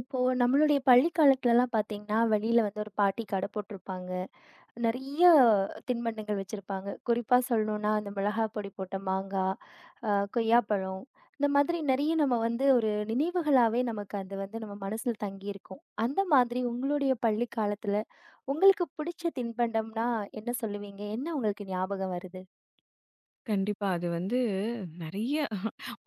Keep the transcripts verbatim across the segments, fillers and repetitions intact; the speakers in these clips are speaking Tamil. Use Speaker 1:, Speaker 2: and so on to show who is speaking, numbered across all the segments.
Speaker 1: இப்போ நம்மளுடைய பள்ளி காலத்துலலாம் பார்த்தீங்கன்னா, வெளியில வந்து ஒரு பாட்டி கடை போட்டிருப்பாங்க. நெறைய தின்பண்டங்கள் வச்சிருப்பாங்க. குறிப்பா சொல்லணும்னா, அந்த மிளகா பொடி போட்ட மாங்காய், அ கொய்யாப்பழம் இந்த மாதிரி நெறைய நம்ம வந்து ஒரு நினைவுகளாவே நமக்கு அது வந்து நம்ம மனசுல தங்கியிருக்கும். அந்த மாதிரி உங்களுடைய பள்ளி காலத்துல உங்களுக்கு பிடிச்ச தின்பண்டம்னா என்ன சொல்லுவீங்க? என்ன உங்களுக்கு ஞாபகம் வருது?
Speaker 2: கண்டிப்பா. அது வந்து நெறைய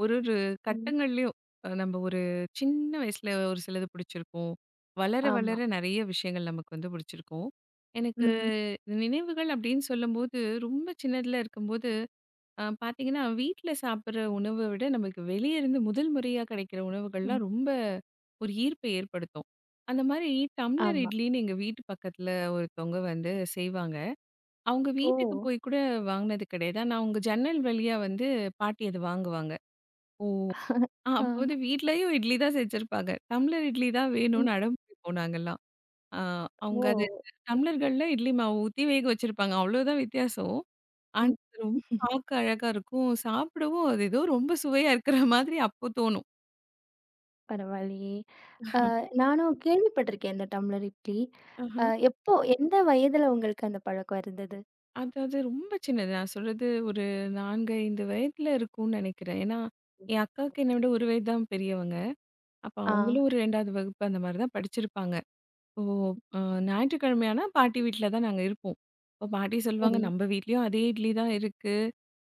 Speaker 2: ஒரு ஒரு
Speaker 1: ம்.
Speaker 2: கட்டங்கள்லயும் அ நம்ம ஒரு சின்ன வயசுல ஒரு சிலது பிடிச்சிருக்கும். வளர
Speaker 1: ஆமா.
Speaker 2: வளர நெறைய விஷயங்கள் நமக்கு வந்து பிடிச்சிருக்கும். எனக்கு
Speaker 1: ம்.
Speaker 2: நினைவுகள் அப்படின்னு சொல்லும்போது, ரொம்ப சின்னதுல இருக்கும்போது அ பார்த்தீங்கன்னா, வீட்ல சாப்பிடுற உணவ விட நமக்கு வெளிய இருந்து முதல் முறையா கிடைக்கிற
Speaker 1: ம்.
Speaker 2: உணவுகள்லாம் ரொம்ப ஒரு ஈர்ப்பை ஏற்படுத்தும். அந்த மாரி டம்ளர்
Speaker 1: ஆமா.
Speaker 2: இட்லின்னு எங்க வீட்டு பக்கத்துல ஒருத்தவங்க வந்து செய்வாங்க. அவங்க
Speaker 1: ஓ!
Speaker 2: வீட்டுக்கு போய் கூட வாங்குனது கிடையாது. ஆனா அவங்க ஜன்னல் வழியா வந்து பாட்டி அது வாங்குவாங்க. ஓ! ஆ
Speaker 1: ஆ.
Speaker 2: அப்ப வந்து வீட்லயும் இட்லி தான் செஞ்சிருப்பாங்க. டம்ளர் இட்லி தான்
Speaker 1: ம்.
Speaker 2: வேணும்னு அடம் பிடிப்போம் நாங்கலாம். ஆ
Speaker 1: ஓ!
Speaker 2: அவங்க அது டம்ளர்கள்ல இட்லி மாவு ஊத்தி வேக வச்சிருப்பாங்க. அவ்வளோதான் வித்தியாசம். ஆனா
Speaker 1: ம்.
Speaker 2: அது ரொம்ப பார்க்க அழகா இருக்கும். சாப்பிடவும் அது ஏதோ ரொம்ப சுவையா இருக்கிற மாதிரி அப்போ தோணும்.
Speaker 1: பரவாயில்லையே! நானும் கேள்விப்பட்டிருக்கேன் இந்த டம்ளர் இட்லி. அ
Speaker 2: ஆஹா.
Speaker 1: எப்போ எந்த வயதுல உங்களுக்கு அந்த பழக்கம் இருந்தது?
Speaker 2: அதாவது ரொம்ப சின்னது. நான் சொல்றது ஒரு நான்கு, ஐந்து வயதுல இருக்கும்னு நினைக்கிறேன். ஏன்னா, என் அக்காவுக்கு என்ன விட ஒரு வயது தான் பெரியவங்க. அப்ப
Speaker 1: ஆ
Speaker 2: அவங்களும் ஒரு இரண்டாவது வகுப்பு அந்த மாரி தான் படிச்சிருப்பாங்க. ஓ! அ ஞாயிற்றுக்கிழமையானா பாட்டி வீட்ல தான் நாங்க இருப்போம். அப்ப பாட்டி சொல்லுவாங்க,
Speaker 1: சரி,
Speaker 2: "நம்ப வீட்லயும் அதே இட்லி தான் இருக்கு"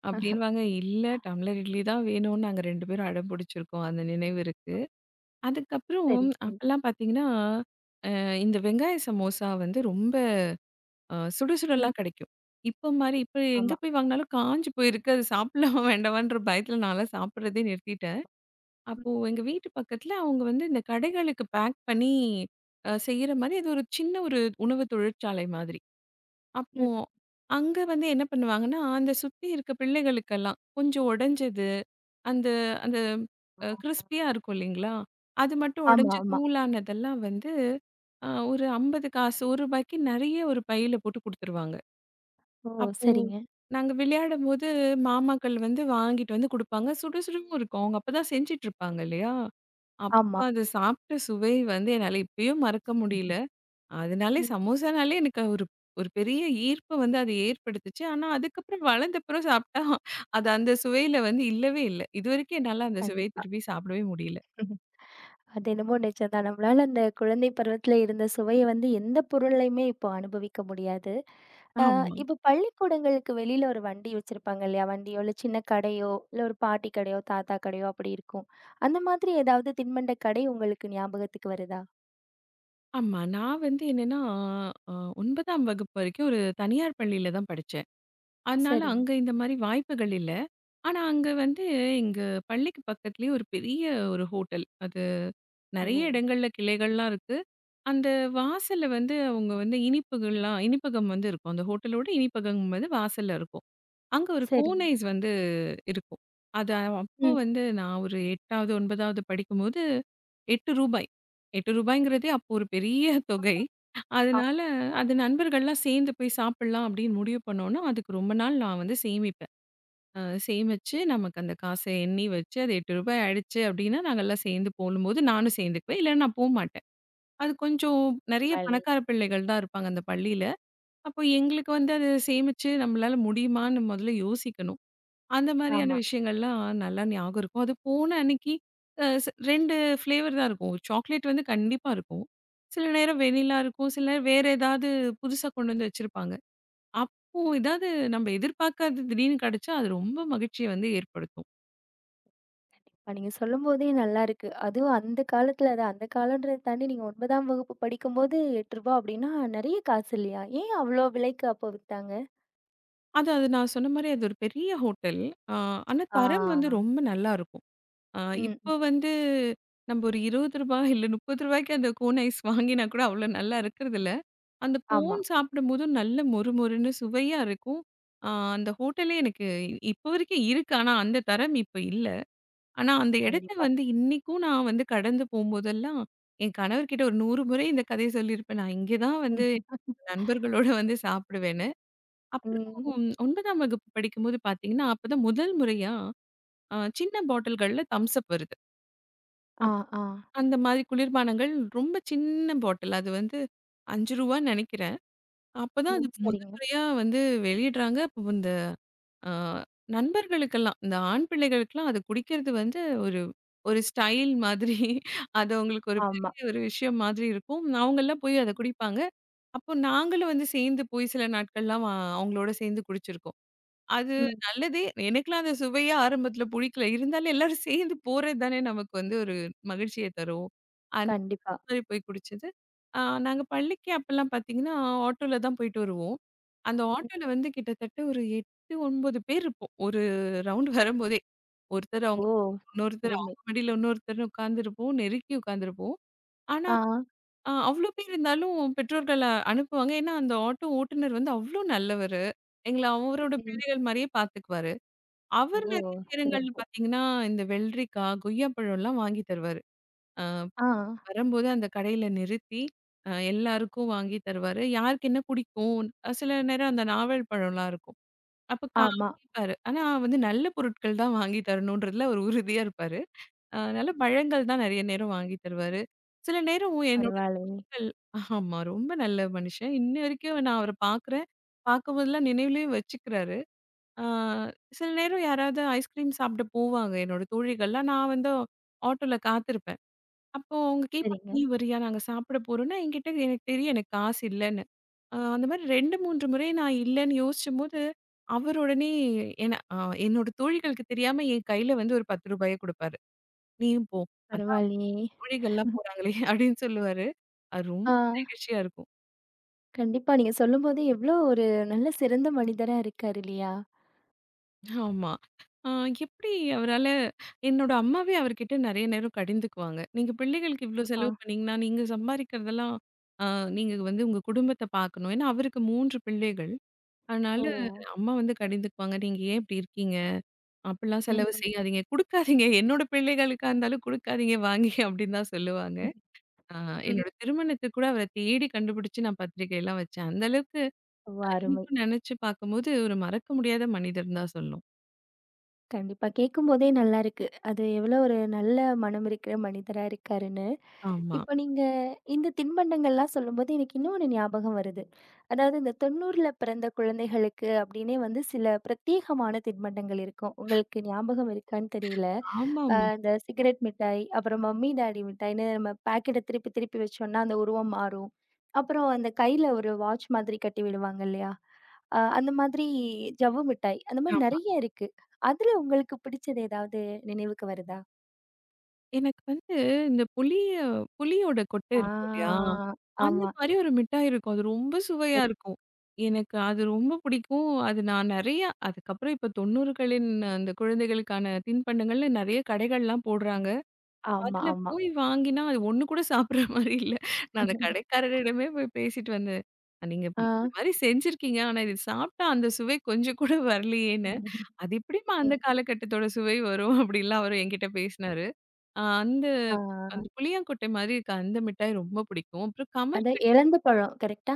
Speaker 2: அப்படின்னுவாங்க. "இல்ல டம்ளர் இட்லி தான் வேணும்னு நாங்க ரெண்டு பேரும் அடம் புடிச்சிருக்கோம்." அந்த நினைவு இருக்கு. அதுக்கப்புறம்
Speaker 1: சரி, சரி.
Speaker 2: அப்பலாம் பார்த்தீங்கன்னா, அ இந்த வெங்காய சமோசா வந்து ரொம்ப அ சுட
Speaker 1: ம்.
Speaker 2: சுடலாம் கிடைக்கும். இப்ப மாரி இப்ப எங்க
Speaker 1: ஆமா.
Speaker 2: போய் வாங்குனாலும் காஞ்சு போயிருக்கு. அது சாப்பிடலாமா வேண்டாமான்ற பயத்துல நான்லாம் சாப்பிடுறதே நிறுத்திட்டேன்.
Speaker 1: ம்.
Speaker 2: அப்போ எங்க வீட்டு பக்கத்துல அவங்க வந்து இந்த கடைகளுக்கு பேக் பண்ணி அ, செய்யற மாதிரி அது ஒரு சின்ன ஒரு உணவு தொழிற்சாலை மாதிரி. அப்போ
Speaker 1: ம்.
Speaker 2: அங்க வந்து என்ன பண்ணுவாங்கன்னா, அந்த சுத்தி இருக்க பிள்ளைகளுக்கெல்லாம் கொஞ்சம் உடைஞ்சது, அந்த அந்த
Speaker 1: ஆ,
Speaker 2: அ, கிரிஸ்பியா இருக்கும் இல்லைங்களா? அது மட்டும்
Speaker 1: ஆமா,
Speaker 2: உடைஞ்சு
Speaker 1: ஆமா.
Speaker 2: தூளானதெல்லாம் வந்து அ, ஒரு ஐம்பது காசு ரூ. 1க்கு நெறைய ஒரு பையில போட்டு குடுத்துருவாங்க.
Speaker 1: ஓ!
Speaker 2: அப்போ
Speaker 1: சரிங்க.
Speaker 2: நாங்க விளையாடும்போது மாமாக்கள் வந்து வாங்கிட்டு வந்து குடுப்பாங்க. சுட சுடவும் இருக்கும். அவங்க அப்பதான் செஞ்சுட்டு இருப்பாங்க இல்லையா? அப்ப
Speaker 1: ஆமா.
Speaker 2: அது சாப்பிட்ட சுவை வந்து என்னால இப்பயும் மறக்க முடியல. அதனாலே
Speaker 1: ம்.
Speaker 2: சமோசானாலே எனக்கு ஒரு ஒரு பெரிய ஈர்ப்ப வந்து அது ஏற்படுத்துச்சு. ஆனா அதுக்கப்புறம் வளர்ந்தப்புறம் சாப்பிட்டா, அது அந்த சுவையில வந்து இல்லவே இல்ல. இதுவரைக்கும் என்னால அந்த சுவைய
Speaker 1: கண்டிப்பா.
Speaker 2: திருப்பி சாப்பிடவே முடியல.
Speaker 1: அது என்னமோ நிஜம்தான். நம்மளால அந்த குழந்தை பருவத்துல இருந்த சுவைய வந்து எந்த பொருள்லயுமே இப்போ அனுபவிக்க முடியாது. அ
Speaker 2: ஆமா.
Speaker 1: இப்போ பள்ளிக்கூடங்களுக்கு வெளியில ஒரு வண்டி வச்சிருப்பாங்க இல்லையா? வண்டியோ, இல்ல சின்ன கடையோ, இல்ல ஒரு பாட்டி கடையோ, தாத்தா கடையோ அப்படி இருக்கும். அந்த மாதிரி ஏதாவது தின்பண்ட கடை உங்களுக்கு ஞாபகத்துக்கு வருதா?
Speaker 2: ஆமா. நான் வந்து என்னன்னா, அ ஒன்பதாம் வகுப்பு வரைக்கும் ஒரு தனியார் பள்ளியில தான் படிச்சேன். அதனால
Speaker 1: சரிங்க.
Speaker 2: அங்க இந்த மாரி வாய்ப்புகள் இல்ல. ஆனா, அங்க வந்து எங்க பள்ளிக்கு பக்கத்திலேயே ஒரு பெரிய ஒரு ஹோட்டல். அது
Speaker 1: ஓ!
Speaker 2: நெறைய இடங்கள்ல கிளைகள்லாம் இருக்கு. அந்த வாசல்ல வந்து அவங்க வந்து இனிப்புகள்லாம் இனிப்பகம் வந்து இருக்கும். அந்த ஹோட்டலோட இனிப்பகம் வந்து வாசல்ல இருக்கும். அங்க ஒரு கோன்
Speaker 1: சரிங்க.
Speaker 2: ஐஸ் வந்து இருக்கும். அது அப்போ
Speaker 1: ம்.
Speaker 2: வந்து நான் ஒரு எட்டாவது, ஒன்பதாவது படிக்கும்போது ரூ. எட்டு ரூ. 8ங்கிறதே அப்போ ஒரு பெரிய தொகை. அதனால அது நண்பர்கள்லாம் சேர்ந்து போய் சாப்பிடலாம் அப்படின்னு முடிவு பண்ணோம்னா, அதுக்கு ரொம்ப நாள் நான் வந்து சேமிப்பேன். அ சேமிச்சு, நமக்கு அந்த காச எண்ணி வச்சு, அது ரூ. எட்டு ஆயிடுச்சு அப்டின்னா, நாங்கலாம் சேர்ந்து போடும்போது நானும் சேர்ந்துக்குவேன். இல்லன்னா நான் போமாட்டேன். அது கொஞ்சம் நெறைய
Speaker 1: ஆமா.
Speaker 2: பணக்கார பிள்ளைகள் தான் இருப்பாங்க அந்த பள்ளியில. அப்போ எங்களுக்கு வந்து அது சேமிச்சு நம்மளால முடியுமான்னு முதல்ல யோசிக்கணும். அந்த மாரியான
Speaker 1: ஆமா.
Speaker 2: விஷயங்கள்லாம் நல்லா ஞாபகம் இருக்கும். அது போன அன்னைக்கு அ ஸ் ரெண்டு ஃப்ளேவர் தான் இருக்கும். சாக்லேட் வந்து கண்டிப்பா இருக்கும். சில நேரம் வெண்ணிலா இருக்கும். சில நேரம் வேற ஏதாவது புதுசா கொண்டு வந்து வச்சிருப்பாங்க. அப்போ ஏதாவது நம்ம எதிர்பார்க்காதது திடீர்னு கிடைச்சா, அது ரொம்ப மகிழ்ச்சிய வந்து ஏற்படுத்தும்.
Speaker 1: இப்ப நீங்க சொல்லும்போதே நல்லாருக்கு. அதுவும் அந்த காலத்துல அது அந்த காலம்ன்றத தாண்டி நீங்க 9ஆம் வகுப்பு படிக்கும்போது ரூ. எட்டு அப்படின்னா நெறைய காசு இல்லையா? ஏன் அவ்வளோ விலைக்கு அப்போ வித்தாங்க?
Speaker 2: அது அது நான் சொன்ன மாரி அது ஒரு பெரிய ஹோட்டல். அ ஆனா தரம் வந்து
Speaker 1: ஆ.
Speaker 2: ரொம்ப நல்லாருக்கும். அ
Speaker 1: ம்.
Speaker 2: இப்போ
Speaker 1: ம்.
Speaker 2: வந்து நம்ப ஒரு ரூ. இருபது இல்ல ரூ. 30க்கு அந்த கோன் ஐஸ் வாங்கினா கூட அவ்ளோ நல்லா இருக்கறதில்ல. அந்த
Speaker 1: ஆமா.
Speaker 2: கோன் சாப்பிடும்போது நல்ல மொறு மொறுன்னு சுவையா இருக்கும். அ அந்த ஹோட்டலே எனக்கு இ- இப்போ வரைக்கும் இருக்கு. ஆனா அந்த தரம் இப்ப இல்ல. ஆனா அந்த இடத்த
Speaker 1: கண்டிப்பா.
Speaker 2: வந்து இன்னைக்கும் நான் வந்து கடந்து போம்போதெல்லாம், என் கணவர்கிட்ட ஒரு நூறு முறை இந்த கதைய சொல்லியிருப்பேன். நான் இங்க தான் வந்து
Speaker 1: ம்.
Speaker 2: என் நண்பர்களோட வந்து சாப்பிடுவேன்.
Speaker 1: ம்.
Speaker 2: அப்புறம் ஒன்பதாம் வகுப்பு படிக்கும்போது பார்த்தீங்கன்னா, அப்பதான் முதல் முறையா அ சின்ன பாட்டில்கள்ல தம்ஸ் அப் வருது.
Speaker 1: ஆ,
Speaker 2: அப்
Speaker 1: ஆ.
Speaker 2: அந்த மாதிரி குளிர்பானங்கள் ரொம்ப சின்ன பாட்டில். அது வந்து ரூ. 5ன்னு நெனைக்கிறேன்.
Speaker 1: ஓ!
Speaker 2: அப்பதான் அது முதல்
Speaker 1: சரிங்க.
Speaker 2: முறையா வந்து வெளியிடுறாங்க. அப்ப இந்த அ நண்பர்களுக்கெல்லாம், இந்த ஆண் பிள்ளைகளுக்கெல்லாம் அது குடிக்கிறது வந்து ஒரு ஒரு ஸ்டைல் மாதிரி. அது அவங்களுக்கு ஒரு
Speaker 1: ஆமா.
Speaker 2: பெரிய ஒரு விஷயம் மாதிரி இருக்கும். அவங்கலாம் போய் அத குடிப்பாங்க. அப்போ நாங்களும் வந்து சேர்ந்து போய் சில நாட்கள்லாம் வ அவங்களோட சேர்ந்து குடிச்சிருக்கோம். அது
Speaker 1: ம்.
Speaker 2: நல்லதே. எனக்கெல்லாம் அந்த சுவையே ஆரம்பத்துல புடிக்கல. இருந்தாலும் எல்லாரும் சேர்ந்து போறது தானே நமக்கு வந்து ஒரு மகிழ்ச்சிய தரும். அந்த
Speaker 1: கண்டிப்பா.
Speaker 2: மாதிரி போய் குடிச்சது. ஆ நாங்க பள்ளிக்கு அப்பல்லாம் பார்த்தீங்கன்னா, ஆட்டோல தான் போயிட்டு வருவோம். அந்த
Speaker 1: ம்.
Speaker 2: ஆட்டோல வந்து கிட்டத்தட்ட ஒரு எட்டு, ஒன்பது பேர் இருப்போம். ஒரு ரவுண்ட் வரும்போதே. ஒருத்தர்
Speaker 1: ஓ!
Speaker 2: அவங்க மடியில இன்னொருத்தர்,
Speaker 1: அருமை.
Speaker 2: அவங்க மடியில இன்னொருத்தர்ன்னு உட்கார்ந்திருப்போம். நெருக்கி உட்கார்ந்திருப்போம். ஆனா
Speaker 1: ஆ.
Speaker 2: ஆ அவ்ளோ பேர் இருந்தாலும் பெற்றோர்கள அனுப்புவாங்க. ஏன்னா, அந்த ஆட்டோ ஓட்டுநர் வந்து அவ்ளோ நல்லவரு. எங்கள அவரோட
Speaker 1: ம்.
Speaker 2: பிள்ளைகள் மாரியே பார்த்துக்குவாரு.
Speaker 1: ஓ!
Speaker 2: அவர் நெறைய நேரங்கள்ல
Speaker 1: சிறப்பு.
Speaker 2: பார்த்தீங்கன்னா, இந்த வெள்ளரிக்கா, கொய்யா பழம்லாம் வாங்கி தருவாரு. அ
Speaker 1: ஆ.
Speaker 2: வரும்போது அந்த கடையில நிறுத்தி, அ எல்லாருக்கும் வாங்கி தருவாரு. யாருக்கு என்ன பிடிக்கும்? அ சில நேரம் அந்த நாவல் பழம்லாம் இருக்கும். அப்ப கா
Speaker 1: ஆமா.
Speaker 2: கேப்பாரு. ஆனா வந்து நல்ல பொருட்கள் தான் வாங்கி தரணுன்றதுல அவர் உறுதியா இருப்பாரு. அதனால பழங்கள் தான் நெறைய நேரம் வாங்கி தருவாரு. சில நேரம் என்னோட
Speaker 1: பரவாயில்லையே.
Speaker 2: கல் ஆமா. ரொம்ப நல்ல மனுஷன். இன்ன வரைக்கும் நான் அவர பார்க்குறேன். பார்க்கும்போதெல்லாம் நினைவுலயும் வச்சுக்கிறாரு. ஆ சில நேரம் யாராவது ஐஸ்கிரீம் சாப்பிட போவாங்க, என்னோட தோழிகள்லாம். நான் வந்து ஆட்டோல காத்திருப்பேன். அப்போ அவங்க கேட்பாங்க,
Speaker 1: சரிங்க.
Speaker 2: "நீ வரியா? நாங்க சாப்பிட போறோம்னா" என்கிட்ட எனக்கு தெரியும் எனக்கு காசு இல்லன்னு. அ அந்த மாரி ரெண்டு, மூன்று முறை நான் இல்லன்னு யோசிச்சம்போது, அவர் உடனே என்ன அ என்னோட தோழிகளுக்கு தெரியாம என் கையில வந்து ஒரு ரூ. பத்து குடுப்பாரு. "நீயும் போ. அதான்
Speaker 1: பரவாயில்லையே.
Speaker 2: தோழிகள்லாம் போறாங்களே" அப்படின்னு சொல்லுவாரு. அது ரொம்ப
Speaker 1: ஆ.
Speaker 2: நெகிழ்ச்சியா இருக்கும்.
Speaker 1: கண்டிப்பா. நீங்க சொல்லும்போது எவ்ளோ ஒரு நல்ல சிறந்த மனிதரா இருக்காரு இல்லையா?
Speaker 2: ஆமா. ஆ எப்படி அவரால என்னோட அம்மாவே அவர்கிட்ட நெறைய நேரம் கடிந்துக்குவாங்க. "நீங்க பிள்ளைகளுக்கு இவ்ளோ
Speaker 1: ஆ.
Speaker 2: செலவு பண்ணீங்கன்னா, நீங்க சம்பாரிக்கிறதெல்லாம் அ நீங்க வந்து உங்க குடும்பத்த பார்க்கணும்." ஏன்னா அவருக்கு மூன்று பிள்ளைகள். அதனால
Speaker 1: ஓ!
Speaker 2: ம். அம்மா வந்து கடிந்துக்குவாங்க. "நீங்க ஏன் இப்படி இருக்கீங்க? அப்படிலாம்
Speaker 1: ம்,
Speaker 2: செலவு
Speaker 1: ம்.
Speaker 2: செய்யாதீங்க. குடுக்காதீங்க. என்னோட பிள்ளைகளுக்கா இருந்தாலும் குடுக்காதீங்க, வாங்கி." அப்படின்னு தான் சொல்லுவாங்க. அ
Speaker 1: ம்.
Speaker 2: என்னோட திருமணத்துக்கு கூட அவர தேடி கண்டுபிடிச்சு நான் பத்திரிக்கைலாம் வச்சேன். அந்த அளவுக்கு
Speaker 1: ஓ!
Speaker 2: அ
Speaker 1: அருமை.
Speaker 2: இன்னைக்கும் நெனச்சு பார்க்கும்போது ஒரு மறக்க முடியாத மனிதர்ன்னு தான் சொல்லணும்.
Speaker 1: கண்டிப்பா. கேட்கும்போதே நல்லா இருக்கு. அது எவ்ளோ ஒரு நல்ல மனம் இருக்கிற மனிதரா இருக்காருன்னு.
Speaker 2: ஆமா.
Speaker 1: இப்ப நீங்க இந்த தின்பண்டங்கள்லாம் சொல்லும்போது, எனக்கு இன்னொன்னு ஞாபகம் வருது. அதாவது இந்த 90ல பிறந்த குழந்தைகளுக்கு அப்படின்னே வந்து சில பிரத்யேகமான தின்பண்டங்கள் இருக்கும். உங்களுக்கு ஞாபகம் இருக்கான்னு தெரியல. அ
Speaker 2: ஆமாமா.
Speaker 1: இந்த சிகரெட் மிட்டாய், அப்புறம் மம்மி டாடி மிட்டாய்ன்னு நம்ம பாக்கெட்ட திருப்பி திருப்பி வச்சோம்னா, அந்த உருவம் மாறும். அப்புறம் அந்த கையில ஒரு வாட்ச் மாதிரி கட்டி விடுவாங்க இல்லையா? அ அந்த மாதிரி ஜவ்வு மிட்டாய், அந்த மாதிரி
Speaker 2: ஆமா.
Speaker 1: நெறைய இருக்கு. அதுல உங்களுக்கு பிடிச்சது ஏதாவது நினைவுக்கு வருதா?
Speaker 2: எனக்கு வந்து இந்த புளிய புளியோட கொட்டை இருக்கும் இல்லையா?
Speaker 1: ஆ.
Speaker 2: அந்த
Speaker 1: ஆமா.
Speaker 2: மாரி ஒரு மிட்டாய் இருக்கும். அது ரொம்ப
Speaker 1: எ
Speaker 2: சுவையா இருக்கும். எனக்கு அது ரொம்ப பிடிக்கும். அது நான் நெறையா அதுக்கப்புறம் இப்ப தொண்ணூறுகளின் அந்த குழந்தைகளுக்கான தின்பண்டங்கள்ல நெறைய கடைகள்லாம் போடுறாங்க.
Speaker 1: ஆமா,
Speaker 2: அதுல
Speaker 1: ஆமா.
Speaker 2: போய் வாங்கினா, அது ஒண்ணு கூட சாப்பிடுற மாரி இல்ல. நான் அந்த கடைக்காரரிடமே போய் பேசிட்டு வந்தேன். "அஹ் "நீங்க
Speaker 1: ஆ.
Speaker 2: இந்த மாரி செஞ்சிருக்கீங்க. ஆனா இது சாப்பிட்டா அந்த சுவை கொஞ்சம் கூட வரலையேன்னு." "அது எப்படிம்மா அந்த
Speaker 1: ம்.
Speaker 2: காலகட்டத்தோட சுவை வரும்?" அப்படிலாம் அவரு என்கிட்ட பேசினாரு. ஆ அந்த அந்த
Speaker 1: ஆ
Speaker 2: புளியாங்கொட்டை மாரி இருக்க அந்த மிட்டாய் ரொம்ப பிடிக்கும். அப்புறம்
Speaker 1: அதான்
Speaker 2: கமர்கட்
Speaker 1: இலந்த பழம் கரெக்ட்டா?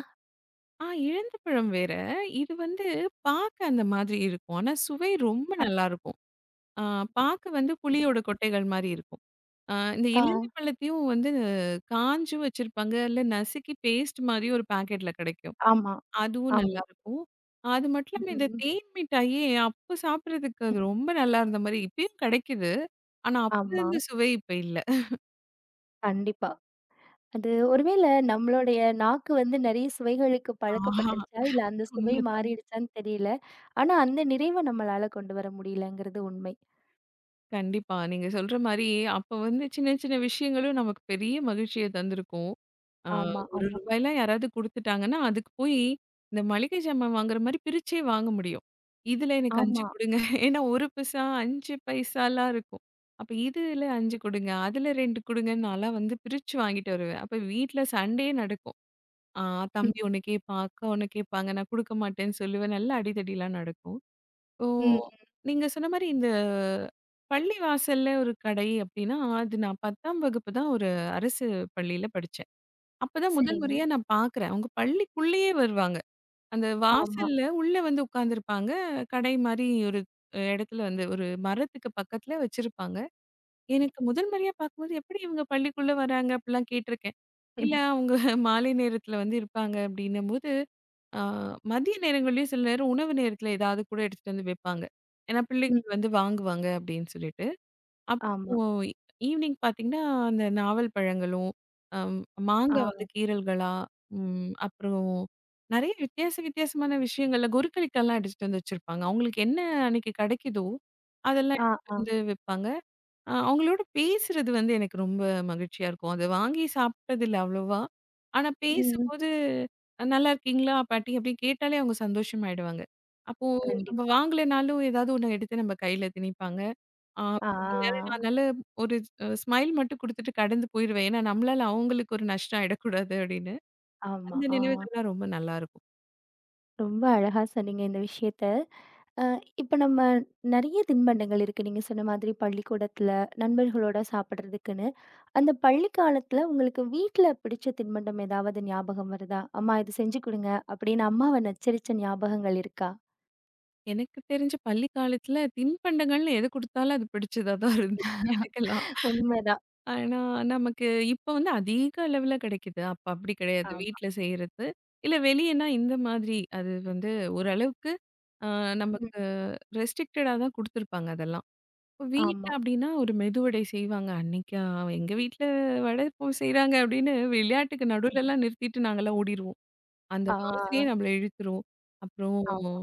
Speaker 2: ஆ இழந்தப்பழம் வேற. இது வந்து பாக்க அந்த மாதிரி இருக்கும். ஆனா சுவை ரொம்ப நல்லாருக்கும். ஆ பாக்க வந்து
Speaker 1: அது.
Speaker 2: புளியோட கொட்டைகள் மாரி இருக்கும். ஆ இந்த
Speaker 1: ஆ
Speaker 2: இலந்த பழத்தையும் வந்து காஞ்சும் வச்சிருப்பாங்க. இல்ல நசுக்கி பேஸ்ட் மாரி ஒரு பாக்கெட்ல கிடைக்கும்.
Speaker 1: ஆமா,
Speaker 2: அதுவும்
Speaker 1: ஆமா.
Speaker 2: நல்லாருக்கும். அது மட்டும் இல்லாம இந்த
Speaker 1: ம்.
Speaker 2: தேன் மிட்டாயே அப்போ சாப்பிடுறதுக்கு அது ரொம்ப நல்லா இருந்த மாரி இப்பயும் கிடைக்குது. ஆனா அப்ப
Speaker 1: ஆமா,
Speaker 2: இருந்த சுவை இப்ப இல்ல.
Speaker 1: கண்டிப்பா. அது ஒருவேள நம்மளுடைய நாக்கு வந்து நெறைய சுவைகளுக்கு
Speaker 2: ஆஹா
Speaker 1: பழக்கப்பட்டுருச்சா? இல்ல அந்த சுவை
Speaker 2: உண்ம.
Speaker 1: மாறிடுச்சான்னு தெரியல. ஆனா அந்த நிறைவ நம்மளால கொண்டு வர முடியலங்கிறது உண்மை.
Speaker 2: கண்டிப்பா. நீங்க சொல்ற மாரி, அப்ப வந்து சின்ன சின்ன விஷயங்களும் நமக்கு பெரிய மகிழ்ச்சிய தந்திருக்கும். ஆ
Speaker 1: ஆமா,
Speaker 2: ரூ.
Speaker 1: ஆமா,
Speaker 2: ஒரு யாராவது குடுத்துட்டாங்கன்னா, அதுக்கு போய் இந்த மளிகை ஜாமான் வாங்குற மாரி பிரிச்சே வாங்க முடியும். இதுல எனக்கு ம். ஐந்து
Speaker 1: ஆமா.
Speaker 2: குடுங்க. ஏன்னா ஒரு பைசா, ஐந்து பைசாலாம் இருக்கும். அப்ப இதுல ஐந்து குடுங்க, அதுல ரெண்டு குடுங்கன்னு நான்லாம் வந்து பிரிச்சு வாங்கிட்டு வருவேன். அப்ப வீட்ல சண்டையே நடக்கும். ஆ
Speaker 1: ம்,
Speaker 2: தம்பி ஒண்ணு கேட்பான், அக்கா ஒண்ணு கேட்பாங்க. நான் குடுக்க மாட்டேன்னு சொல்லுவேன். நல்ல அடிதடிலாம் நடக்கும். ஓ!
Speaker 1: ம், ம்.
Speaker 2: நீங்க சொன்ன மாரி இந்த பள்ளி வாசல்ல ஒரு கடை அப்டின்னா, அது நான் பத்தாம் வகுப்பு தான் ஒரு அரசு பள்ளியில படிச்சேன். அப்பதான் முதல்
Speaker 1: சரிங்க.
Speaker 2: முறையா நான் பார்க்குறேன். அவங்க பள்ளிக்குள்ளேயே வருவாங்க. அந்த
Speaker 1: ஆமா.
Speaker 2: வாசல்ல உள்ள வந்து உட்காந்துருப்பாங்க. கடை மாரி ஒரு அஹ், இடத்துல வந்து ஒரு மரத்துக்கு பக்கத்துல வச்சிருப்பாங்க. எனக்கு முதல் முறையா பார்க்கும்போது எப்படி இவங்க பள்ளிக்குள்ள வராங்க? அப்டிலாம் கேட்டிருக்கேன். இல்ல அவங்க மாலை நேரத்துல வந்து இருப்பாங்க அப்டின்னும்போது ஆ மதிய நேரங்கள்லயும் சில நேரம் உணவு நேரத்துல ஏதாவது கூட எடுத்துட்டு வந்து வைப்பாங்க. ஏன்னா
Speaker 1: ம்.
Speaker 2: பிள்ளைகள் வந்து வாங்குவாங்க அப்படின்னு சொல்லிட்டு. அப்போ
Speaker 1: ஆமா.
Speaker 2: ஈவ்னிங் பார்த்தீங்கன்னா, அந்த நாவல் பழங்களும், அம்
Speaker 1: ஆ,
Speaker 2: மாங்கா வந்து கீரல்களா, ம் அப்புறம் நெறைய வித்தியாச வித்தியாசமான விஷயங்கள்ல கொருக்களிக்காலாம் அடிச்சுட்டு வந்து வச்சிருப்பாங்க. அவங்களுக்கு என்ன அன்னைக்கு கெடைக்குதோ, அதெல்லாம்
Speaker 1: ஆ,
Speaker 2: எடுத்துட்டு
Speaker 1: ஆ.
Speaker 2: வந்து வைப்பாங்க. அ அவங்களோட பேசுறது வந்து எனக்கு ரொம்ப மகிழ்ச்சியா இருக்கும். அத வாங்கி சாப்பிட்டதில்ல அவ்வளவா. ஆனா ம்.
Speaker 1: ம்.
Speaker 2: பேசும்போது, அஹ் "நல்லா இருக்கீங்களா பாட்டி?" அப்படின்னு கேட்டாலே அவங்க சந்தோஷமாயிடுவாங்க. அப்போ ம். நம்ம
Speaker 1: கண்டிப்பா.
Speaker 2: வாங்கலைனாலும் ஏதாவது ஒண்ணு எடுத்து நம்ம கையில திணிப்பாங்க. அ சில நேரம்
Speaker 1: ஆ,
Speaker 2: நான் நல்ல ஒரு அ ஸ்மைல் மட்டும் குடுத்துட்டு கடந்து போயிருவேன். ஏன்னா நம்மளால அவங்களுக்கு ஒரு நஷ்டம் ஆயிடக்கூடாது அப்படின்னு.
Speaker 1: ஆமா.
Speaker 2: அந்த
Speaker 1: ஆ.
Speaker 2: நினைவுகள்லாம் ரொம்ப நல்லாயிருக்கும்.
Speaker 1: ரொம்ப அழகா சொன்னீங்க இந்த விஷயத்த. அ இப்ப நம்ம நெறைய தின்பண்டங்கள் இருக்கு. நீங்க சொன்ன மாதிரி பள்ளிக்கூடத்துல நண்பர்களோட சாப்பிடுறதுக்குன்னு. அந்த பள்ளி காலத்துல உங்களுக்கு வீட்ல பிடிச்ச தின்பண்டம் ஏதாவது ஞாபகம் வருதா? "அம்மா இது செஞ்சு குடுங்க" அப்படின்னு அம்மாவ நச்சரிச்ச ஞாபகங்கள் இருக்கா?
Speaker 2: எனக்கு தெரிஞ்சு பள்ளி காலத்துல தின்பண்டங்கள்னு எது குடுத்தாலும் அது பிடிச்சதா தான் இருந்தது எனக்கெல்லாம்.
Speaker 1: உண்மைதான்.
Speaker 2: ஆனா, நமக்கு இப்ப வந்து அதிக அளவுல கிடைக்குது. அப்ப அப்படி கிடையாது.
Speaker 1: ஆமா.
Speaker 2: வீட்ல செய்றது. இல்ல வெளியன்னா இந்த மாதிரி அது வந்து ஓரளவுக்கு அ
Speaker 1: ம்.
Speaker 2: நமக்கு ரெஸ்ட்ரிக்டடா தான் குடுத்துருப்பாங்க அதெல்லாம். இப்ப வீட்ல
Speaker 1: ஆமா.
Speaker 2: அப்படின்னா ஒரு மெதுவடை செய்வாங்க. அன்னைக்கு அவ எங்க வீட்ல வடை இப்போ செய்றாங்க அப்படின்னு விளையாட்டுக்கு நடுவுலலாம் நிறுத்திட்டு நாங்கலாம் ஓடிருவோம். அந்த
Speaker 1: ஆ.
Speaker 2: வாசனையே நம்மள இழுத்துரும். அப்புறம்
Speaker 1: ஆமா.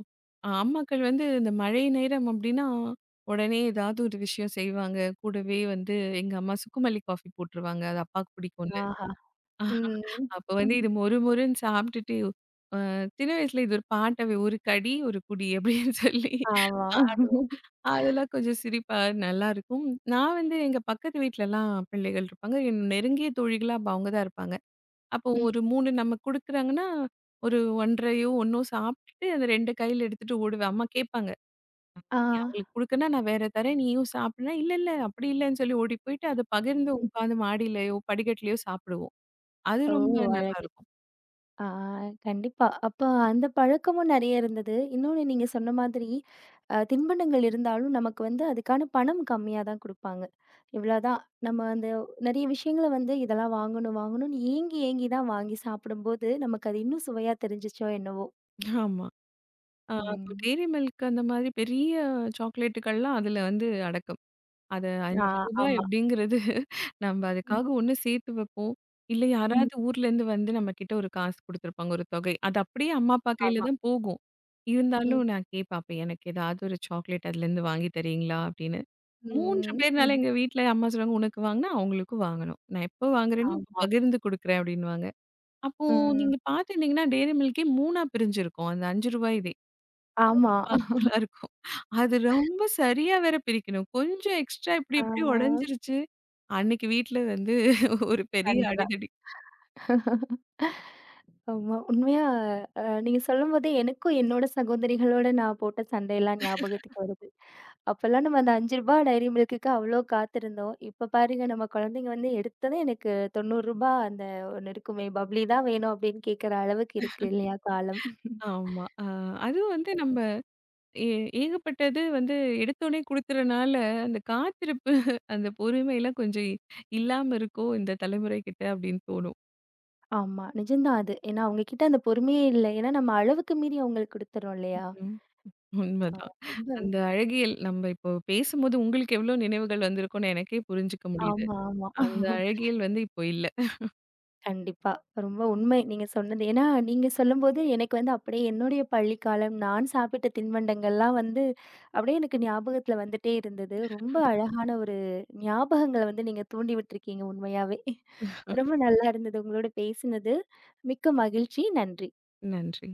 Speaker 2: அ அம்மாக்கள் வந்து இந்த மழை நேரம் அப்டின்னா, உடனே ஏதாவது ஒரு விஷயம் செய்வாங்க. கூடவே வந்து எங்க அம்மா சுக்குமல்லி காஃபி போட்டுருவாங்க. அது அப்பாவுக்கு பிடிக்கும்னு.
Speaker 1: ஆஹா.
Speaker 2: அஹ்
Speaker 1: ம்.
Speaker 2: அப்ப வந்து இது மொறு மொறுன்னு சாப்பிட்டுட்டு, அ சின்ன வயசுல இது ஒரு பாட்டவே "ஒரு கடி ஒரு குடி" அப்டின்னு சொல்லி
Speaker 1: ஆமா.
Speaker 2: பாடுவோம். அதெல்லாம் கொஞ்சம் சிரிப்பா நல்லாருக்கும். நான் வந்து எங்க பக்கத்து வீட்லலாம் பிள்ளைகள் இருப்பாங்க. என் நெருங்கிய தோழிகளா அப்ப அவங்க தான் இருப்பாங்க. அப்போ
Speaker 1: ம்.
Speaker 2: ஒரு மூணு நமக்கு குடுக்குறாங்கன்னா, ஒரு ஒன்றரையோ, 1னோ சாப்பிட்டுட்டு அந்த ரெண்டு கையில எடுத்துட்டு ஓடுவேன். அம்மா கேட்பாங்க.
Speaker 1: ஆ.
Speaker 2: "நீ அவங்களுக்கு குடுக்கன்னா நான் வேற தரேன். நீயும் சாப்பிடுனா" "இல்ல, இல்ல அப்படி இல்லன்னு" சொல்லி ஓடி போயிட்டு அத பகிர்ந்து உட்காந்து மாடியிலயோ, படிக்கட்டுலயோ சாப்பிடுவோம். அது
Speaker 1: ஓ!
Speaker 2: ரொம்ப ம்.
Speaker 1: அழகு.
Speaker 2: நல்லாருக்கும்.
Speaker 1: ஆ கண்டிப்பா. அப்ப அந்த பழக்கமும் நெறைய இருந்தது. இன்னொன்னு நீங்க சொன்ன மாதிரி, அ தின்பண்டங்கள் இருந்தாலும் நமக்கு வந்து அதுக்கான பணம் கம்மியா தான் குடுப்பாங்க. இவ்வளோதான். நம்ம அந்த நெறைய விஷயங்கள வந்து இதெல்லாம் வாங்கணும், வாங்கணும்னு ஏங்கி ஏங்கி தான் வாங்கி சாப்பிடும்போது, நமக்கு அது இன்னும் சுவையா தெரிஞ்சுச்சோ என்னவோ!
Speaker 2: ஆமா. அ
Speaker 1: ம்.
Speaker 2: டெய்ரி மில்க் அந்த மாதிரி பெரிய சாக்லேட்டுகள்லாம் அதுல வந்து அடக்கம். அது ரூ.
Speaker 1: ஆ
Speaker 2: ஐந்து
Speaker 1: ஆமா.
Speaker 2: அப்படிங்கிறது நம்ம
Speaker 1: ம்.
Speaker 2: அதுக்காக ஒண்ணு சேர்த்து வைப்போம். இல்ல ம்.
Speaker 1: ம்.
Speaker 2: யாராவது ஊர்லேருந்து வந்து நம்மகிட்ட ஒரு காசு குடுத்துருப்பாங்க ஒரு தொகை. அது அப்படியே அம்மா, அப்பா கையில
Speaker 1: ஆமா.
Speaker 2: தான் போகும். ம்.
Speaker 1: ம்.
Speaker 2: இருந்தாலும் நான் கேட்பேன், "அப்ப எனக்கு ஏதாவது ஒரு சாக்லேட் அதுலேருந்து வாங்கி தரீங்களா?" அப்படின்னு. ம். மூன்று
Speaker 1: ம்.
Speaker 2: ம். பேர்னால எங்க வீட்ல அம்மா சொல்லுவாங்க, "உனக்கு வாங்கினா அவங்களுக்கும் வாங்கணும். நான் எப்போ வாங்குறேனோ அப்ப
Speaker 1: ஆமா.
Speaker 2: பகிர்ந்து குடுக்குறேன்" அப்படின்னுவாங்க. அப்போ ம்.
Speaker 1: ம்.
Speaker 2: நீங்க பார்த்துருந்தீங்கன்னா டெய்ரி மில்கே மூணா பிரிஞ்சிருக்கும். அந்த ரூ. ஐந்து இதே ம்.
Speaker 1: ஆமா.
Speaker 2: பாகங்களா இருக்கும். அது ரொம்ப சரியா வேற பிரிக்கணும். கொஞ்சம் எக்ஸ்ட்ரா இப்படி
Speaker 1: ஆ
Speaker 2: இப்படி உடைஞ்சிருச்சு. அன்னைக்கு வீட்ல வந்து ஒரு பெரிய
Speaker 1: சண்டை
Speaker 2: அடிதடி.
Speaker 1: ஆமா. உண்மையா அ நீங்க சொல்லும்போதே எனக்கும் என்னோட சகோதரிகளோட நான் போட்ட சண்டையெல்லாம் ஞாபகத்துக்கு வருது. அப்பலாம் நம்ம அந்த ரூ. ஐந்து டைரி மில்க்குக்கு அவ்ளோ காத்திருந்தோம். இப்ப பாருங்க நம்ம குழந்தைங்க வந்து எடுத்ததும் எனக்கு ரூ. தொண்ணூறு அந்த ஒண்ணு இருக்குமே பப்ளி தான் வேணும் அப்படின்னு கேட்கற அளவுக்கு இருக்கு இல்லையா காலம்.
Speaker 2: ஆமா. அ அதுவும் வந்து நம்ம ஏ ஏகப்பட்டது வந்து எடுத்தோனே குடுக்குறனால, அந்த காத்திருப்பு, அந்த பொறுமைலாம் கொஞ்சம் இ- இல்லாம இருக்கோ, இந்த தலைமுறை கிட்ட அப்டின்னு தோணும்.
Speaker 1: ஆமா. நிஜம்தான் அது. ஏன்னா அவங்க கிட்ட அந்த பொறுமையே இல்ல. ஏன்னா நம்ம அளவுக்கு மீறி அவங்களுக்கு குடுத்துறோம் இல்லையா?
Speaker 2: ம்.
Speaker 1: ஆ
Speaker 2: உண்மதான்.
Speaker 1: ரொம்ப
Speaker 2: அந்த அழகியல் நம்ம இப்போ பேசும்போது உங்களுக்கு எவ்ளோ நினைவுகள் வந்திருக்கும்னு எனக்கே புரிஞ்சுக்க முடியுது.
Speaker 1: ஆமா, ஆமா.
Speaker 2: அந்த அழகியல் வந்து இப்போ இல்ல.
Speaker 1: கண்டிப்பா. ரொம்ப உண்மை நீங்க சொன்னது. ஏன்னா, நீங்க சொல்லும்போது எனக்கு வந்து அப்படியே என்னுடைய பள்ளிக்காலம், நான் சாப்பிட்ட தின்பண்டங்கள்லாம் வந்து அப்படியே எனக்கு ஞாபகத்துல வந்துட்டே இருந்தது. ரொம்ப அழகான ஒரு ஞாபகங்கள வந்து நீங்க தூண்டி விட்டுருக்கீங்க உண்மையாவே. ரொம்ப நல்லா இருந்தது உங்களோட பேசினது. மிக்க மகிழ்ச்சி. நன்றி.
Speaker 2: நன்றி.